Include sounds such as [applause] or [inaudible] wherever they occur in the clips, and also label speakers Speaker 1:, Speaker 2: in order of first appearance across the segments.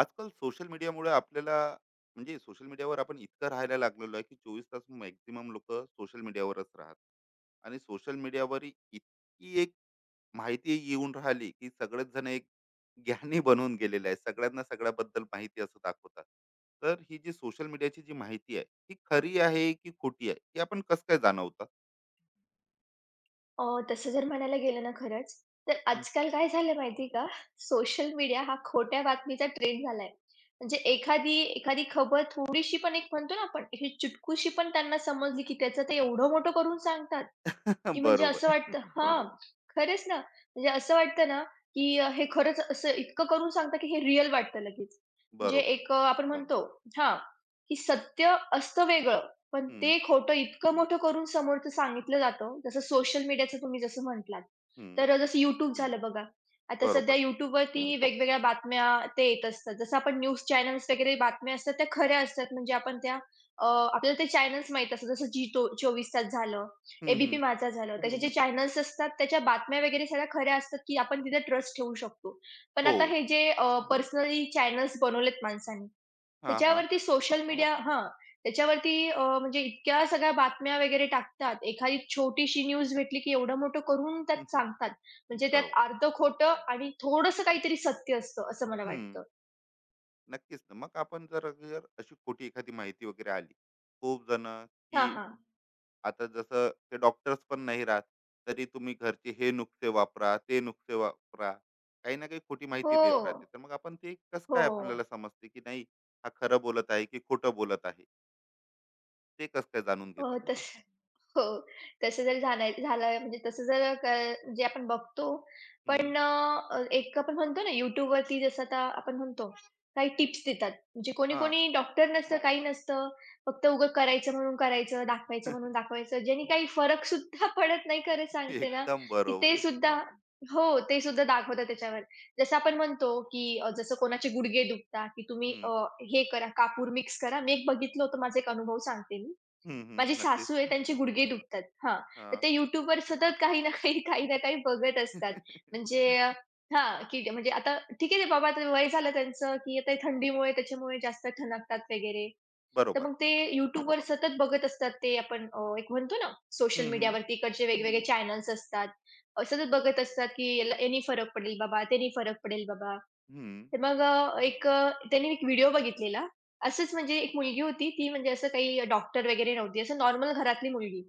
Speaker 1: आजकाल सोशल मीडियामुळे आपल्याला म्हणजे सोशल मीडियावर आपण इतकं राहायला लागलेलो आहे की चोवीस तास मॅक्झिमम लोक सोशल मीडियावरच राहतात आणि सोशल मीडियावर इतकी एक माहिती येऊन राहिली की सगळेच जण एक ज्ञानी बनून गेलेले आहे. सगळ्यांना सगळ्याबद्दल माहिती असं दाखवतात. तर ही जी सोशल मीडियाची जी माहिती आहे ही खरी आहे की खोटी आहे हे आपण कसं काय जाणवतात?
Speaker 2: अ, तसं जर म्हणायला गेलं ना खरंच, तर
Speaker 1: हम्म.
Speaker 2: आजकाल काय झालं माहिती का? सोशल मीडिया हा खोट्या बातमीचा ट्रेंड झालाय. म्हणजे एखादी एखादी खबर थोडीशी पण एक म्हणतो ना आपण, ही चुटकुशी पण त्यांना समजली की त्याचं ते एवढं मोठं करून सांगतात. की
Speaker 1: [laughs]
Speaker 2: म्हणजे
Speaker 1: बरोबर.
Speaker 2: असं वाटतं हां, खरंच ना. म्हणजे असं वाटतं ना, की हे खरंच असं इतकं करून सांगतात, की हे रिअल वाटतं लगेच. म्हणजे
Speaker 1: बरोबर.
Speaker 2: एक आपण म्हणतो हां, की सत्य असतं वेगळं, पण
Speaker 1: हम्म.
Speaker 2: ते खोटं इतकं मोठं करून समोरचं सांगितलं जातं. जसं सोशल मीडियाचं तुम्ही जसं म्हटलात.
Speaker 1: हम्म.
Speaker 2: तर जसं YouTube झालं बघा. आता सध्या
Speaker 1: बरोबर.
Speaker 2: YouTubeवरती वेगवेगळ्या बातम्या ते येत असतात. जसं आपण न्यूज चॅनल्स वगैरे बातम्या असतात त्या खऱ्या असतात. म्हणजे आपण त्या अ, आपल्याला ते चॅनल्स माहीत असतात. जसं जी तो 24 तास झालं,
Speaker 1: हम्म.
Speaker 2: ए-बी-पी
Speaker 1: हम्म.
Speaker 2: माझा झालं. त्याचे हं. जे चॅनल्स असतात, त्याच्या बातम्या वगैरे सगळ्या खऱ्या असतात, की आपण तिथे ट्रस्ट ठेवू शकतो. पण
Speaker 1: हो.
Speaker 2: आता हे जे बरं. पर्सनली चॅनल्स बनवलेत माणसांनी,
Speaker 1: हा. हा.
Speaker 2: त्याच्यावरती सोशल मीडिया हां, त्याच्यावरती म्हणजे इतक्या सगळ्या बातम्या वगैरे टाकतात. एखादी छोटीशी न्यूज भेटली, की एवढं मोठं करून त्यात
Speaker 1: [laughs]
Speaker 2: सांगतात. म्हणजे
Speaker 1: हो.
Speaker 2: त्यात अर्धं खोटं आणि थोडंसं काहीतरी सत्य असतं, असं मला
Speaker 1: हम्म.
Speaker 2: वाटतं.
Speaker 1: नक्कीच ना. मग आपण जर जर अशी खोटी एखादी माहिती वगैरे आली खूप जण की
Speaker 2: हां, हां.
Speaker 1: आता जसं ते डॉक्टर्स पण नाही राहत तरी तुम्ही घरचे हे नुकसे वापरा ते नुकसे वापरा काही ना काही खोटी माहिती
Speaker 2: हो,
Speaker 1: देत राहते तर मग आपण ते कसं
Speaker 2: हो.
Speaker 1: काय आपल्याला समजते की नाही? हा खरं बोलत आहे की खोटं बोलत आहे ते कसं काय जाणून
Speaker 2: हो,
Speaker 1: घेतात?
Speaker 2: तसं हो, तसं जर झालं म्हणजे तसं जर जे आपण बघतो.
Speaker 1: हम्म,
Speaker 2: पण एक आपण म्हणतो ना, YouTubeवरती जसं आता आपण म्हणतो, काही टिप्स देतात. म्हणजे
Speaker 1: हा.
Speaker 2: कोणी-कोणी डॉक्टर नसतं, काही नसतं. फक्त उगं करायचं म्हणून करायचं, दाखवायचं म्हणून
Speaker 1: [laughs]
Speaker 2: दाखवायचं. ज्याने काही फरक सुद्धा [laughs] पडत नाही खरं सांगते ना,
Speaker 1: एकदम
Speaker 2: की
Speaker 1: बरोबर.
Speaker 2: ते सुद्धा हो, ते सुद्धा दाखवतात त्याच्यावर. जसं आपण म्हणतो की जसं कोणाचे गुडघे दुखतात, की तुम्ही
Speaker 1: हम्म,
Speaker 2: हे करा, कापूर मिक्स करा. मी एक बघितलं होतं, माझा एक अनुभव सांगते मी.
Speaker 1: हम्म,
Speaker 2: माझी
Speaker 1: हम्म, नक्कीच.
Speaker 2: सासू आहे, त्यांचे गुडघे दुखतात. हां, तर
Speaker 1: हा.
Speaker 2: ते YouTubeवर सतत काही ना काही, काही ना काही बघत असतात.
Speaker 1: [laughs]
Speaker 2: म्हणजे
Speaker 1: हा,
Speaker 2: हां, की म्हणजे आता ठीक आहे, ते बाबा आता वय झालं त्यांचं, की आता हे थंडीमुळे त्याच्यामुळे जास्त ठणकतात वगैरे. तर
Speaker 1: बरोबर.
Speaker 2: मग ते YouTubeवर सतत बघत असतात ते आपण एक म्हणतो ना, सोशल
Speaker 1: हम्म, हम्म,
Speaker 2: मीडियावरती इकडचे वेगवेगळे चॅनल्स असतात. सतत बघत असतात, की याला यानी फरक पडेल बाबा, त्यानी फरक पडेल बाबा.
Speaker 1: हम्म,
Speaker 2: तर मग त्यांनी एक व्हिडिओ बघितलेला. असंच म्हणजे एक मुलगी होती, ती म्हणजे असं काही डॉक्टर वगैरे नव्हती. असं नॉर्मल घरातली मुलगी,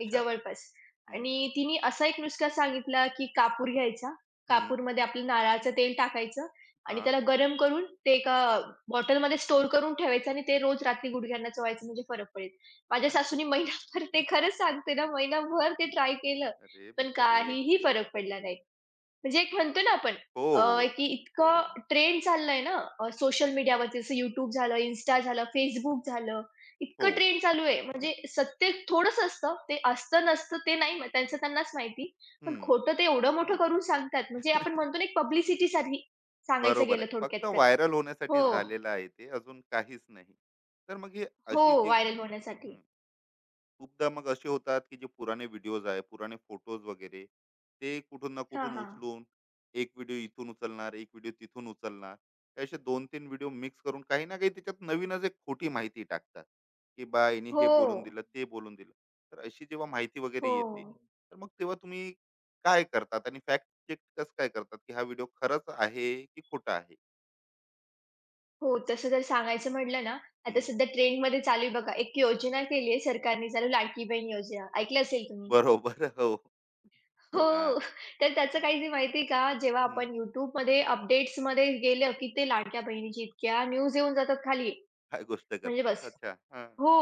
Speaker 2: एक जवळपास,
Speaker 1: हम्म,
Speaker 2: आणि तिने असा एक नुसका सांगितला, की कापूर घ्यायचा.
Speaker 1: हम्म,
Speaker 2: कापूरमध्ये आपलं नारळाचं तेल टाकायचं आणि
Speaker 1: हा.
Speaker 2: त्याला गरम करून ते एका बॉटलमध्ये स्टोअर करून ठेवायचं आणि ते रोज रात्री गुडघ्यांना चोळायचं, म्हणजे फरक पडेल. माझ्या
Speaker 1: अच्छा.
Speaker 2: सासूनी महिनाभर ते, खरंच सांगते ना, महिनाभर ते ट्राय केलं,
Speaker 1: अरे
Speaker 2: पण
Speaker 1: बिचारे.
Speaker 2: काहीही फरक पडला नाही. म्हणजे एक म्हणतो ना आपण,
Speaker 1: हो
Speaker 2: अ,
Speaker 1: हो
Speaker 2: की इतकं ट्रेंड चाललंय ना, सोशल मीडियावरती जसं YouTube झालं, Insta झालं, Facebook झालं. इतकं
Speaker 1: हो.
Speaker 2: ट्रेंड चालू आहे, म्हणजे सत्य थोडंच असतं. ते असतं नसतं ते नाही, त्यांचं त्यांनाच माहिती. पण
Speaker 1: हम्म.
Speaker 2: खोटं ते एवढं मोठं करून सांगतात, म्हणजे आपण म्हणतो ना, एक पब्लिसिटीसाठी सांगायचं
Speaker 1: बरोबर
Speaker 2: गेलं
Speaker 1: आहे, फक्त
Speaker 2: थोडक्यात तर.
Speaker 1: व्हायरल
Speaker 2: हो.
Speaker 1: होण्यासाठी
Speaker 2: बरोबर.
Speaker 1: झालेलं आहे ते, अजून काहीच नाही. तर मग ही
Speaker 2: हो,
Speaker 1: अशी जी
Speaker 2: व्हायरल होण्यासाठी.
Speaker 1: हम्म खूपदा मग असे होतात की जे पुराणे व्हिडिओज आहे पुराणे फोटोज वगैरे ते कुठून ना
Speaker 2: हां,
Speaker 1: कुठून
Speaker 2: हां.
Speaker 1: उचलून एक व्हिडिओ इथून उचलणार एक व्हिडिओ तिथून उचलणार हे असे दोन तीन व्हिडिओ मिक्स करून काही ना काही त्याच्यात नवीनच एक खोटी माहिती टाकतात की बा यांनी हे
Speaker 2: हो.
Speaker 1: बोलून दिलं ते बोलून दिलं. तर अशी जेव्हा माहिती वगैरे
Speaker 2: हो.
Speaker 1: येते तर मग तेव्हा तुम्ही काय करतात आणि फॅक्ट चेक कसं काय करतात की हा व्हिडिओ खरंच आहे की खोटा आहे?
Speaker 2: हो, तसं जर सांगायचं म्हटलं ना, आता
Speaker 1: हम्म,
Speaker 2: सध्या ट्रेंडमध्ये चालू आहे बघा, एक योजना केली आहे सरकारने चालू, लाडकी बहीण योजना. ऐकलं असेल तुम्ही?
Speaker 1: बरोबर. हो. हा.
Speaker 2: हो. तर त्याचं काही ते माहिती आहे का, जेव्हा
Speaker 1: हम्म,
Speaker 2: आपण YouTubeमध्ये अपडेट्समध्ये गेलं, की ते लाडक्या बहिणीची इतक्या न्यूज येऊन जातात खाली,
Speaker 1: काय गोष्ट
Speaker 2: म्हणजे
Speaker 1: करतात?
Speaker 2: बस.
Speaker 1: अच्छा. हा.
Speaker 2: हो.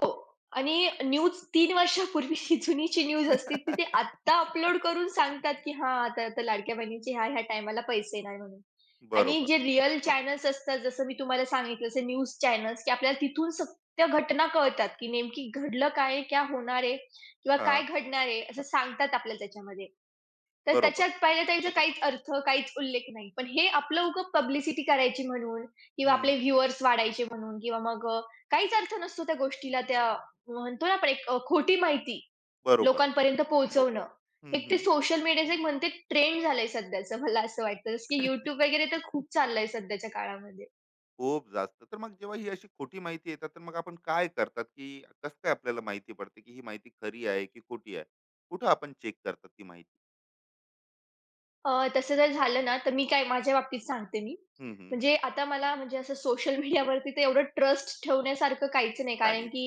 Speaker 2: आणि न्यूज 3 वर्षापूर्वीची जुनीची न्यूज असते, ती ते
Speaker 1: [laughs]
Speaker 2: आत्ता अपलोड करून सांगतात, की हां, आता आता लाडक्या बहिणीचे ह्या टायमाला पैसे येणार म्हणून. आणि
Speaker 1: बरोबर.
Speaker 2: जे रिअल चॅनल्स असतात, जसं मी तुम्हाला सांगितलं, जसे न्यूज चॅनल्स, की आपल्याला तिथून सत्य घटना कळतात, की नेमकी घडलं काय आहे? क्या होणार आहे? किंवा
Speaker 1: हा.
Speaker 2: काय घडणार आहे? असं सांगतात आपल्याला त्याच्यामध्ये. तर
Speaker 1: बरोबर.
Speaker 2: त्याच्यात पाहिलं तर याचा काहीच अर्थ, काहीच उल्लेख नाही. पण हे आपलं उगाच पब्लिसिटी करायची म्हणून किंवा आपले
Speaker 1: हम्म.
Speaker 2: व्ह्यूअर्स वाढायचे म्हणून किंवा मग काहीच अर्थ नसतो त्या गोष्टीला, त्या म्हणतो ना आपण एक खोटी माहिती
Speaker 1: बरोबर.
Speaker 2: लोकांपर्यंत पोहोचवणं.
Speaker 1: हम्म.
Speaker 2: एक ते
Speaker 1: हम्म.
Speaker 2: सोशल मीडियाचं एक म्हणते ट्रेंड झालंय सध्याचं, मला असं वाटतं. जसं की YouTube वगैरे तर खूप चाललंय सध्याच्या काळामध्ये.
Speaker 1: खूप जास्त. तर मग जेव्हा ही अशी खोटी माहिती येतात तर मग आपण काय करतात की कसं काय आपल्याला माहिती पडते की ही माहिती खरी आहे की खोटी आहे? कुठं आपण चेक करतात ती माहिती?
Speaker 2: तसं जर झालं ना, तर मी काय माझ्या बाबतीत सांगते मी.
Speaker 1: हम्म हम्म.
Speaker 2: म्हणजे आता मला म्हणजे असं सोशल मीडियावरती [laughs] तर एवढं ट्रस्ट ठेवण्यासारखं काहीच नाही. कारण
Speaker 1: काहीच.
Speaker 2: की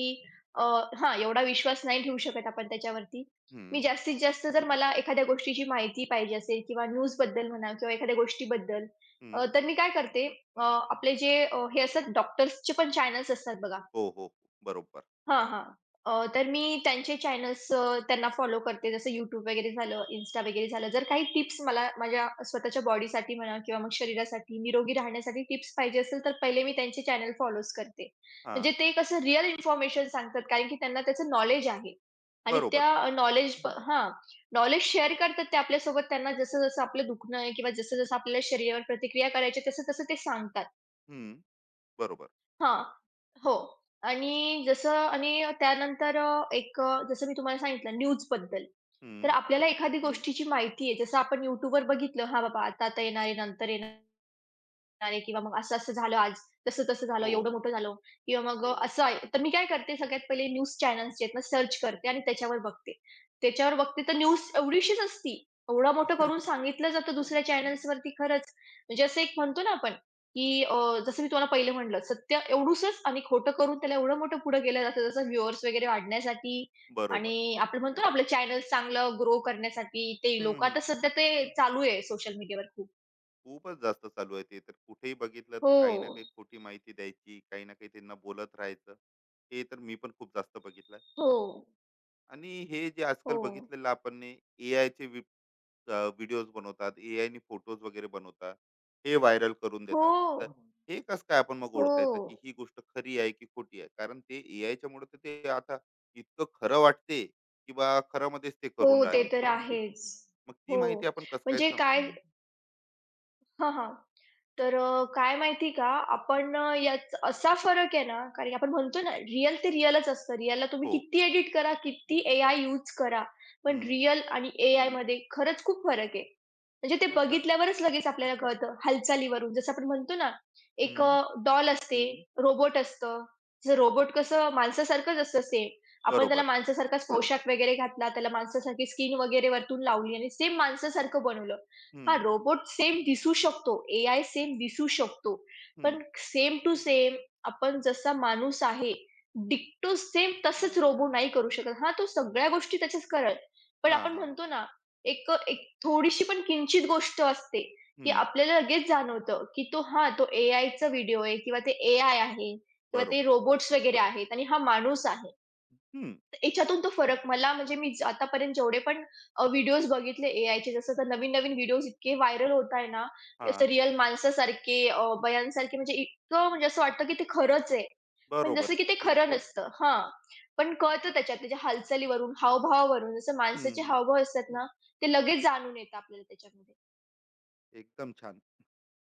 Speaker 2: अ, हां, एवढा विश्वास नाही ठेवू शकत आपण त्याच्यावरती. मी
Speaker 1: हम्म.
Speaker 2: जास्तीत जास्त जर मला एखाद्या गोष्टीची माहिती पाहिजे असेल किंवा न्यूजबद्दल म्हणा किंवा एखाद्या गोष्टीबद्दल,
Speaker 1: हम्म.
Speaker 2: तर मी काय करते, आपले जे हे असतात डॉक्टर्सचे पण चॅनल्स असतात बघा.
Speaker 1: हो हो हो. बरोबर.
Speaker 2: हां, हां. तर मी त्यांचे चॅनल्स, त्यांना फॉलो करते. जसं YouTube वगैरे झालं, Insta वगैरे झालं. जर काही टिप्स मला माझ्या स्वतःच्या बॉडीसाठी म्हणा किंवा मग शरीरासाठी निरोगी राहण्यासाठी टिप्स पाहिजे असेल, तर पहिले मी त्यांचे चॅनल फॉलोज करते.
Speaker 1: हा.
Speaker 2: म्हणजे ते कसं रिअल इन्फॉर्मेशन सांगतात, कारण की त्यांना त्याचं नॉलेज आहे. आणि त्या
Speaker 1: बरोबर.
Speaker 2: हां, नॉलेज शेअर करतात ते आपल्यासोबत. त्यांना जसं-जसं आपलं दुखणं आहे किंवा जसं-जसं आपल्याला शरीरावर प्रतिक्रिया करायची तसं-तसं ते सांगतात.
Speaker 1: हम्म. बरोबर.
Speaker 2: हां. हो. आणि त्यानंतर जसं मी तुम्हाला सांगितलं न्यूजबद्दल. तर
Speaker 1: हम्म.
Speaker 2: आपल्याला एखादी गोष्टीची माहिती आहे. जसं आपण YouTubeवर बघितलं, हां बाबा आता-आता येणार आहे, नंतर येणार, अरे किंवा मग असं-असं झालं आज, तसं-तसं झालं,
Speaker 1: हो.
Speaker 2: एवढं मोठं झालं किंवा मग असं आहे. तर मी काय करते, सगळ्यात पहिले न्यूज चॅनल्स जे आहेत ना, सर्च करते आणि त्याच्यावर बघते. त्याच्यावर बघते तर न्यूज एवढीशीच असती. एवढं मोठं करून
Speaker 1: [laughs]
Speaker 2: सांगितलं जातं दुसऱ्या चॅनल्सवरती, खरंच. म्हणजे असं एक म्हणतो ना आपण, की जसं मी तुम्हाला पहिलं म्हटलं, सत्य एवढूसच आणि खोटं करून त्याला एवढं मोठं पुढं केलं जातं, जसं व्ह्यूअर्स वगैरे वाढण्यासाठी
Speaker 1: बरोबर.
Speaker 2: आणि आपण म्हणतो ना, आपलं चॅनल चांगलं ग्रो करण्यासाठी. ते
Speaker 1: हम्म.
Speaker 2: लोकं
Speaker 1: हम्म.
Speaker 2: आता सध्या ते चालू आहे सोशल मीडियावर खूप.
Speaker 1: खूपच जास्त चालू आहे ते. तर कुठेही बघितलं तर काही ना
Speaker 2: हो,
Speaker 1: काही खोटी माहिती द्यायची, काही ना काही त्यांना बोलत राहायचं. हे तर मी पण खूप जास्त बघितलं.
Speaker 2: हो.
Speaker 1: आणि हे जे आजकाल
Speaker 2: हो.
Speaker 1: बघितलेलं आपण ए आयचे व्हिडिओज बनवतात, ए आयने फोटोज वगैरे बनवतात, हे व्हायरल करून
Speaker 2: हो.
Speaker 1: देतात. तर
Speaker 2: हो.
Speaker 1: हे कसं काय आपण मग
Speaker 2: हो.
Speaker 1: ओळखायचं की ही गोष्ट खरी आहे की खोटी आहे? कारण ते ए आयच्या मुळे तर ते आता इतकं खरं वाटते की बा खरामध्येच ते
Speaker 2: हो,
Speaker 1: करून
Speaker 2: ते
Speaker 1: राहिले.
Speaker 2: तर आहेच.
Speaker 1: मग ती
Speaker 2: हो.
Speaker 1: माहिती आपण कसं काय
Speaker 2: म्हणजे
Speaker 1: सम.
Speaker 2: काय, हां, हां. तर काय माहिती का, आपण यात असा फरक आहे ना, कारण की आपण म्हणतो ना, रिअल ते रिअलच असतं. रिअलला तुम्ही
Speaker 1: हो.
Speaker 2: किती एडिट करा, किती एआय यूज करा, पण
Speaker 1: हम्म.
Speaker 2: रिअल आणि एआयमध्ये खरंच खूप फरक आहे. म्हणजे ते
Speaker 1: अच्छा.
Speaker 2: बघितल्यावरच लगेच आपल्याला कळतं, हालचालीवरून. जसं आपण म्हणतो ना, एक
Speaker 1: हम्म.
Speaker 2: डॉल असते, रोबोट असतं. जसं रोबोट कसं माणसासारखंच असतं, सेम. आपण त्याला
Speaker 1: बरोबर.
Speaker 2: माणसासारखाच पोशाख वगैरे घातला, त्याला माणसासारखी स्किन वगैरे वरतून लावली आणि सेम माणसासारखं बनवलं. हां,
Speaker 1: हम्म.
Speaker 2: रोबोट सेम दिसू शकतो, एआय सेम दिसू शकतो.
Speaker 1: हं.
Speaker 2: पण सेम टू सेम, आपण जसा माणूस आहे, डिक्टो सेम तसंच रोबो नाही करू शकत. हां, तो सगळ्या गोष्टी त्याच्याच करेल. पण
Speaker 1: हां,
Speaker 2: आपण
Speaker 1: हां.
Speaker 2: म्हणतो ना, एक थोडीशी पण किंचित गोष्ट असते, की
Speaker 1: हं.
Speaker 2: आपल्याला लगेच जाणवतं, की तो एआयचा व्हिडिओ आहे किंवा ते एआय आहे किंवा ते
Speaker 1: बरोबर.
Speaker 2: रोबोट्स वगैरे आहेत आणि हा माणूस आहे.
Speaker 1: हं.
Speaker 2: याच्यातून तो फरक मला, म्हणजे मी आतापर्यंत जेवढे पण व्हिडिओज बघितले एआयचे, जसं तर नवीन-नवीन व्हिडिओज इतके व्हायरल होत आहे ना, असं
Speaker 1: हां.
Speaker 2: रिअल माणसासारखे, बयानसारखे म्हणजे इतकं, म्हणजे असं वाटतं की ते खरंच आहे. पण जसं
Speaker 1: बरोबर.
Speaker 2: की ते
Speaker 1: तेच.
Speaker 2: खरं, हो, नसतं हां. पण कळतं त्याच्यात त्याच्या हालचालीवरून, हावभावावरून, जसं
Speaker 1: हं,
Speaker 2: माणसाचे
Speaker 1: हं.
Speaker 2: हावभाव असतात ना, ते लगेच जाणून येतं आपल्याला त्याच्यामध्ये.
Speaker 1: एकदम छान.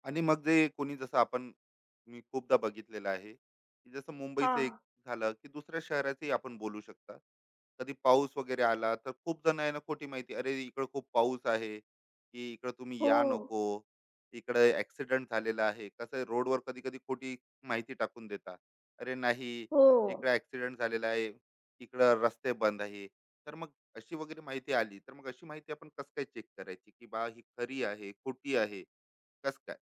Speaker 1: आणि मग जे कोणी जसं आपण मी खूपदा बघितलेलं आहे, की जसं मुंबईचं एक
Speaker 2: हां.
Speaker 1: झालं, की दुसऱ्या शहराचंही आपण बोलू शकता. कधी पाऊस वगैरे आला, तर खूप जण आहे ना खोटी माहिती, "अरे, इकडं खूप पाऊस आहे, की इकडं तुम्ही या
Speaker 2: हो.
Speaker 1: नको, इकडं ॲक्सिडेंट झालेला आहे." कसं आहे रोडवर कधी-कधी खोटी माहिती टाकून देतात. "अरे नाही,
Speaker 2: हो.
Speaker 1: इकडं ॲक्सिडेंट झालेला आहे, इकडं रस्ते बंद आहे." तर मग अशी वगैरे माहिती आली, तर मग अशी माहिती आपण कसं काय चेक करायची, की बा ही खरी आहे, खोटी आहे, कसं काय?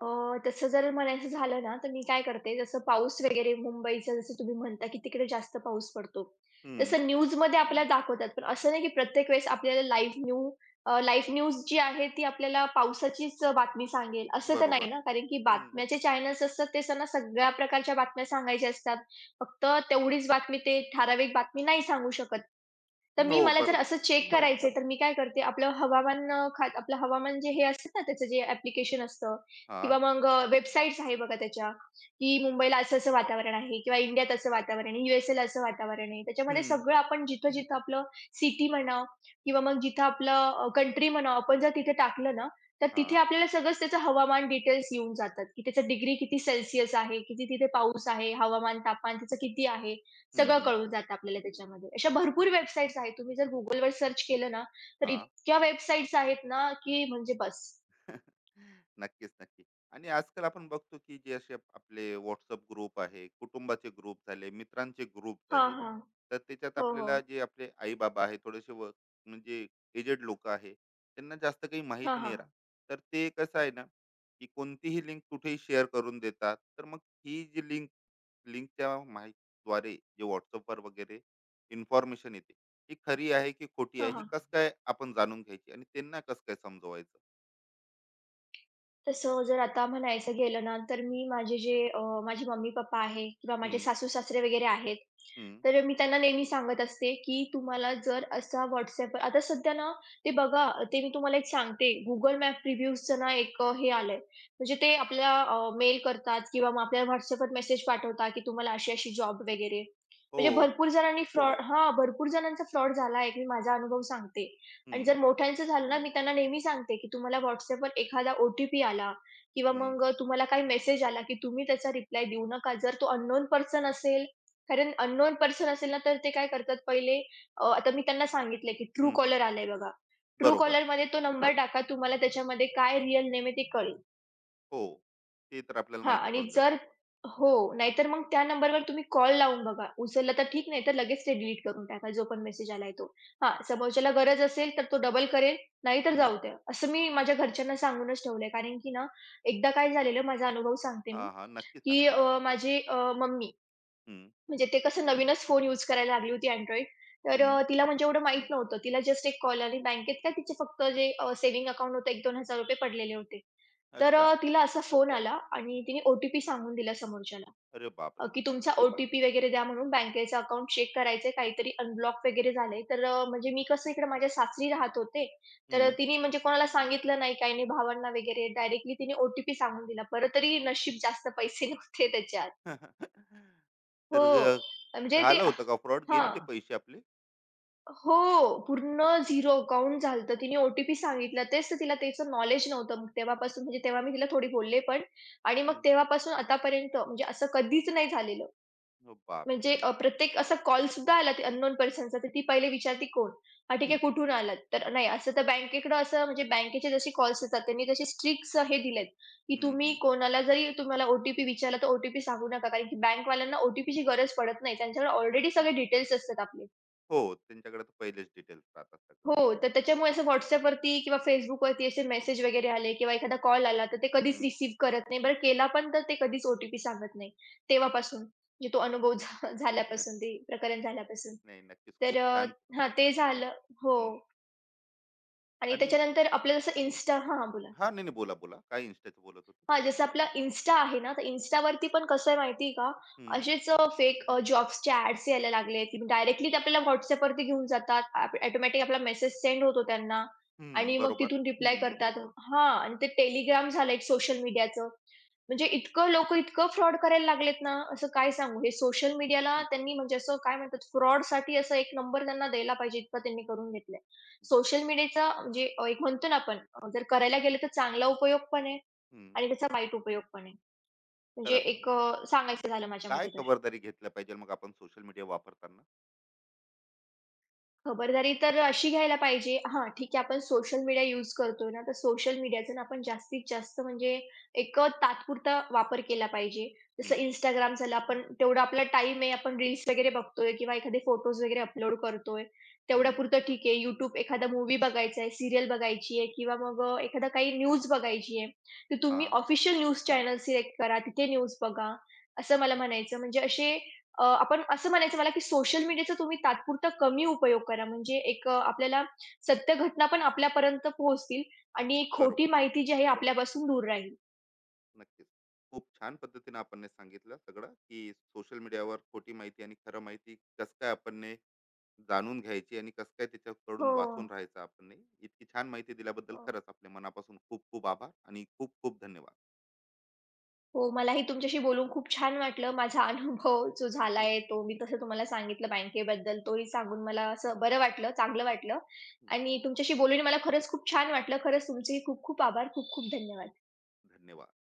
Speaker 2: अ, तसं जर म्हणायचं झालं ना, तर मी काय करते, जसं पाऊस वगैरे मुंबईचा जसं तुम्ही म्हणता, की तिकडे जास्त पाऊस पडतो.
Speaker 1: हं,
Speaker 2: तसं न्यूजमध्ये आपल्याला दाखवतात. पण असं नाही, की प्रत्येक वेळेस आपल्याला लाईव्ह न्यूज जी आहे, ती आपल्याला पावसाचीच बातमी सांगेल असं तर नाही
Speaker 1: बरोबर.
Speaker 2: ना. कारण की
Speaker 1: हं.
Speaker 2: बातम्याचे चॅनल्स असतात, ते त्यांना सगळ्या प्रकारच्या बातम्या सांगायच्या असतात. फक्त तेवढीच बातमी, ते ठराविक बातमी नाही सांगू शकत. तर मी,
Speaker 1: हो,
Speaker 2: मला जर
Speaker 1: बरोबर.
Speaker 2: असं चेक करायचंय, तर मी काय करते, आपलं हवामान जे हे असतं ना, त्याचं जे ॲप्लिकेशन असतं
Speaker 1: हां,
Speaker 2: किंवा मग वेबसाईट्स आहे बघा त्याच्या, की मुंबईला असं-असं वातावरण आहे किंवा इंडियात असं वातावरण आहे, यूएसएला असं वातावरण आहे. त्याच्यामध्ये
Speaker 1: हं,
Speaker 2: सगळं आपण जिथं-जिथं आपलं सिटी म्हणा किंवा मग जिथं आपलं कंट्री म्हणा, आपण जर तिथे टाकलं ना, तर तिथे
Speaker 1: हां,
Speaker 2: आपल्याला सगळंच त्याचं हवामान डिटेल्स येऊन जातात, की त्याचं डिग्री किती सेल्सियस आहे, किती तिथे पाऊस आहे, हवामान, तापमान त्याचं किती आहे.
Speaker 1: हं,
Speaker 2: सगळं
Speaker 1: हं,
Speaker 2: कळून जातं आपल्याला त्याच्यामध्ये. अशा भरपूर वेबसाईट्स आहेत. तुम्ही जर Googleवर सर्च केलं ना, तर
Speaker 1: हां.
Speaker 2: इतक्या वेबसाईट्स आहेत ना, की म्हणजे बस.
Speaker 1: नक्कीच, नक्की. आणि आजकाल आपण बघतो, की जे असे आपले WhatsApp ग्रुप आहे, कुटुंबाचे ग्रुप झाले, मित्रांचे ग्रुप
Speaker 2: हां,
Speaker 1: झाले,
Speaker 2: हां.
Speaker 1: तर त्याच्यात
Speaker 2: हो, हो.
Speaker 1: आपल्याला जे आपले आई-बाबा आहे, थोडेसे म्हणजे एजेड लोकं आहे, त्यांना जास्त काही
Speaker 2: हां,
Speaker 1: माहीत नाही
Speaker 2: हां.
Speaker 1: राहत. तर ते कसं आहे ना, की कोणतीही लिंक कुठेही शेअर करून देतात. तर मग ही जी लिंकच्या माहितीद्वारे जे व्हॉट्सअपवर वगैरे इन्फॉर्मेशन येते ही खरी आहे की खोटी
Speaker 2: हां,
Speaker 1: आहे ही
Speaker 2: हां.
Speaker 1: कसं काय आपण जाणून घ्यायची आणि त्यांना कसं काय समजवायचं?
Speaker 2: तसं जर आता म्हणायचं गेलं ना, तर मी माझे जे माझे मम्मी-पप्पा आहे किंवा माझे
Speaker 1: हम्म,
Speaker 2: सासू-सासरे वगैरे आहेत,
Speaker 1: हम्म,
Speaker 2: तर मी त्यांना नेहमी सांगत असते, की तुम्हाला जर असा WhatsAppवर आता सध्या ना, ते बघा, ते मी तुम्हाला एक सांगते, Google मॅप रिव्ह्यूजचं ना एक हे आलंय. म्हणजे ते आपल्याला मेल करतात किंवा मग आपल्याला WhatsAppवर मेसेज पाठवतात, की तुम्हाला अशी-अशी जॉब वगैरे.
Speaker 1: हो.
Speaker 2: म्हणजे भरपूर जणांचा फ्रॉड झाला आहे. मी माझा अनुभव सांगते. आणि
Speaker 1: हम्म,
Speaker 2: जर मोठ्यांचं झालं ना, मी त्यांना नेहमी सांगते, की तुम्हाला WhatsAppवर एखादा ओ आला किंवा
Speaker 1: हम्म,
Speaker 2: मग तुम्हाला काही मेसेज आला, की तुम्ही त्याचा रिप्लाय देऊ नका. जर तो अननोन पर्सन असेल, कारण अननोन पर्सन असेल ना, तर ते काय करतात पहिले, आता मी त्यांना सांगितलं, की
Speaker 1: हम्म, हम्म,
Speaker 2: Truecaller आलंय बघा.
Speaker 1: बरोबर.
Speaker 2: Truecallerमध्ये तो नंबर टाका. तुम्हाला त्याच्यामध्ये काय रिअल नेम आहे ते कळेल.
Speaker 1: हो. ते तर आपल्याला
Speaker 2: हां
Speaker 1: माहिती
Speaker 2: आणि
Speaker 1: पडून जाते.
Speaker 2: जर हो, नाहीतर मग त्या नंबरवर तुम्ही कॉल लावून बघा. उचलला तर ठीक, नाहीतर लगेच ते डिलीट करून टाका, जो पण मेसेज आलाय तो. हां, समोरच्याला गरज असेल तर तो डबल करेल, नाहीतर
Speaker 1: हम्म,
Speaker 2: जाऊ द्या. असं मी माझ्या घरच्यांना सांगूनच ठेवलंय. कारण की ना, एकदा काय झालेलं माझा अनुभव सांगते
Speaker 1: हा
Speaker 2: मी,
Speaker 1: हा. नक्कीच
Speaker 2: की
Speaker 1: सांगा ना.
Speaker 2: माझी मम्मी
Speaker 1: हम्म,
Speaker 2: म्हणजे ते कसं नवीनच फोन यूज करायला लागली होती Android. तर
Speaker 1: हम्म,
Speaker 2: तिला म्हणजे एवढं माहीत नव्हतं. तिला जस्ट एक कॉल आणि बँकेत काय तिचे फक्त जे सेव्हिंग अकाउंट होतं ₹1,000-2,000 पडलेले होते. तर
Speaker 1: अच्छा.
Speaker 2: तिला असा फोन आला आणि तिने ओ सांगून दिला समोरच्याला,
Speaker 1: अरे बापरे.
Speaker 2: की तुमचा अरे वगैरे द्या म्हणून बँकेचं अकाउंट चेक करायचंय, काहीतरी अनब्लॉक वगैरे झालंय. तर म्हणजे मी कसं इकडे माझ्या सासरी राहत होते, तर
Speaker 1: हम्म.
Speaker 2: तिने म्हणजे कोणाला सांगितलं नाही, काही नाही भावांना वगैरे. डायरेक्टली तिने ओ सांगून दिला. बरं तरी नशीब जास्त पैसे [laughs] नव्हते त्याच्यात.
Speaker 1: [laughs]
Speaker 2: हो,
Speaker 1: तर
Speaker 2: म्हणजे ते म्हणजे
Speaker 1: झालं होतं का फ्रॉड? गेले ते पैसे आपले?
Speaker 2: हो. पूर्ण झिरो अकाउंट झालं होतं. तिने ओ-टी-पी सांगितला. तेच तर तिला त्याचं नॉलेज नव्हतं. मग तेव्हापासून म्हणजे तेव्हा मी तिला थोडी बोलले पण आणि मग
Speaker 1: हम्म,
Speaker 2: तेव्हापासून आतापर्यंत म्हणजे असं कधीच नाही झालेलं.
Speaker 1: हो बापरे.
Speaker 2: म्हणजे
Speaker 1: नाही.
Speaker 2: प्रत्येक असा कॉलसुद्धा आला ते अननोन पर्सनचा, तर ती पहिले विचारते, "कोण?" "हां, ठीक आहे.
Speaker 1: हम्म,
Speaker 2: कुठून आलात?" तर नाही असं तर बँकेकडं असं म्हणजे बँकेचे जसे कॉल्स येतात, त्यांनी तसे स्ट्रिक्ट हे दिलेत, की
Speaker 1: हम्म,
Speaker 2: तुम्ही
Speaker 1: हम्म.
Speaker 2: कोणाला जरी तुम्हाला ओ विचारला, तर ओ सांगू नका. कारण की बँकवाल्यांना ओ गरज पडत नाही. त्यांच्याकडे ऑलरेडी सगळे डिटेल्स असतात आपले.
Speaker 1: हो, त्यांच्याकडे तर पहिलेच डिटेल्स राहतात सगळे.
Speaker 2: हो, तर त्याच्यामुळे असं WhatsAppवरती किंवा Facebookवरती असे मेसेज वगैरे आले किंवा एखादा कॉल आला, तर ते कधीच
Speaker 1: हं.
Speaker 2: रिसीव्ह करत नाही. बरं केला पण तर ते कधीच ओ-टी-पी सांगत नाही. तेव्हापासून म्हणजे तो अनुभव झाल्यापासून
Speaker 1: [laughs]
Speaker 2: ते प्रकरण झाल्यापासून.
Speaker 1: नाही, नक्कीच.
Speaker 2: तर
Speaker 1: खूप छान.
Speaker 2: हां, ते झालं हो
Speaker 1: हं.
Speaker 2: आणि
Speaker 1: आणि
Speaker 2: त्याच्यानंतर आपल्याला असं Insta हां, हां, बोला.
Speaker 1: हां, नाही, नाही. बोला, बोला. काय Instaचं बोलत होते?
Speaker 2: हां, जसं आपला Insta आहे ना, तर Instaवरती पण कसं आहे माहिती आहे का,
Speaker 1: हं,
Speaker 2: असेच फेक जॉब्सचे ॲड्स यायला लागले, की डायरेक्टली ते आपल्याला WhatsAppवरती घेऊन जातात. ॲप ऑटोमॅटिक आपला मेसेज सेंड होतो त्यांना
Speaker 1: हं.
Speaker 2: आणि मग
Speaker 1: बरोबर.
Speaker 2: तिथून रिप्लाय हं. करतात. हां आणि ते Telegram झालं एक सोशल मीडियाचं. म्हणजे इतकं लोकं इतकं फ्रॉड करायला लागलेत ना, असं काय सांगू. हे सोशल मीडियाला
Speaker 1: हं,
Speaker 2: त्यांनी म्हणजे असं काय म्हणतात फ्रॉडसाठी असा एक नंबर त्यांना द्यायला पाहिजे, इतकं त्यांनी करून घेतलंय. सोशल मीडियाचा म्हणजे एक म्हणतो ना आपण, जर करायला गेलं तर चांगला उपयोग पण आहे
Speaker 1: हं.
Speaker 2: आणि त्याचा वाईट उपयोग पण आहे. म्हणजे
Speaker 1: खरंच.
Speaker 2: एक सांगायचं झालं माझ्या मते
Speaker 1: काय
Speaker 2: तर.
Speaker 1: खबरदारी घेतल्या पाहिजे मग आपण सोशल मीडिया वापरताना?
Speaker 2: खबरदारी तर अशी घ्यायला पाहिजे हां, ठीक आहे आपण सोशल मीडिया यूज करतोय ना, तर सोशल मीडियाचा ना आपण जास्तीत जास्त म्हणजे एक तात्पुरता वापर केला पाहिजे.
Speaker 1: हं,
Speaker 2: जसं Instagram झालं आपण तेवढा आपला टाईम आहे, आपण रील्स वगैरे बघतोय किंवा एखादे फोटोज वगैरे अपलोड करतोय.
Speaker 1: हं.
Speaker 2: तेवढ्यापुरतं ठीक आहे. YouTube एखादा मूव्ही बघायचा आहे, सीरियल बघायची आहे किंवा मग एखादा काही न्यूज बघायची आहे, तर तुम्ही
Speaker 1: हां,
Speaker 2: ऑफिशियल न्यूज चॅनल सिलेक्ट करा, तिथे न्यूज बघा, असं मला म्हणायचं. म्हणजे असे आपण असं म्हणायचं मला, की सोशल मीडियाचा तुम्ही तात्पुरता कमी उपयोग करा. म्हणजे एक आपल्याला सत्य घटना पण आपल्यापर्यंत पोहोचतील आणि खोटी
Speaker 1: बरोबर.
Speaker 2: माहिती जी आहे आपल्यापासून दूर राहील.
Speaker 1: नक्कीच. खूप छान पद्धतीने आपण सांगितलं सगळं, की सोशल मीडियावर खोटी माहिती आणि खरं माहिती कसं काय आपण जाणून घ्यायची आणि कसं काय
Speaker 2: हो,
Speaker 1: त्याच्याकडून वाचून राहायचं आपण. इतकी छान माहिती दिल्याबद्दल
Speaker 2: हो.
Speaker 1: खरंच आपल्या मनापासून खूप खूप आभार आणि खूप खूप धन्यवाद.
Speaker 2: हो, मलाही तुमच्याशी बोलून खूप छान वाटलं. माझा अनुभव जो झाला
Speaker 1: हं,
Speaker 2: तो मी तसं तुम्हाला सांगितलं बँकेबद्दल, तोही सांगून मला असं बरं वाटलं, चांगलं वाटलं
Speaker 1: हं.
Speaker 2: आणि तुमच्याशी बोलून मला खरंच खूप छान वाटलं. खरंच तुमचेही खूप खूप आभार. खूप खूप धन्यवाद.
Speaker 1: धन्यवाद.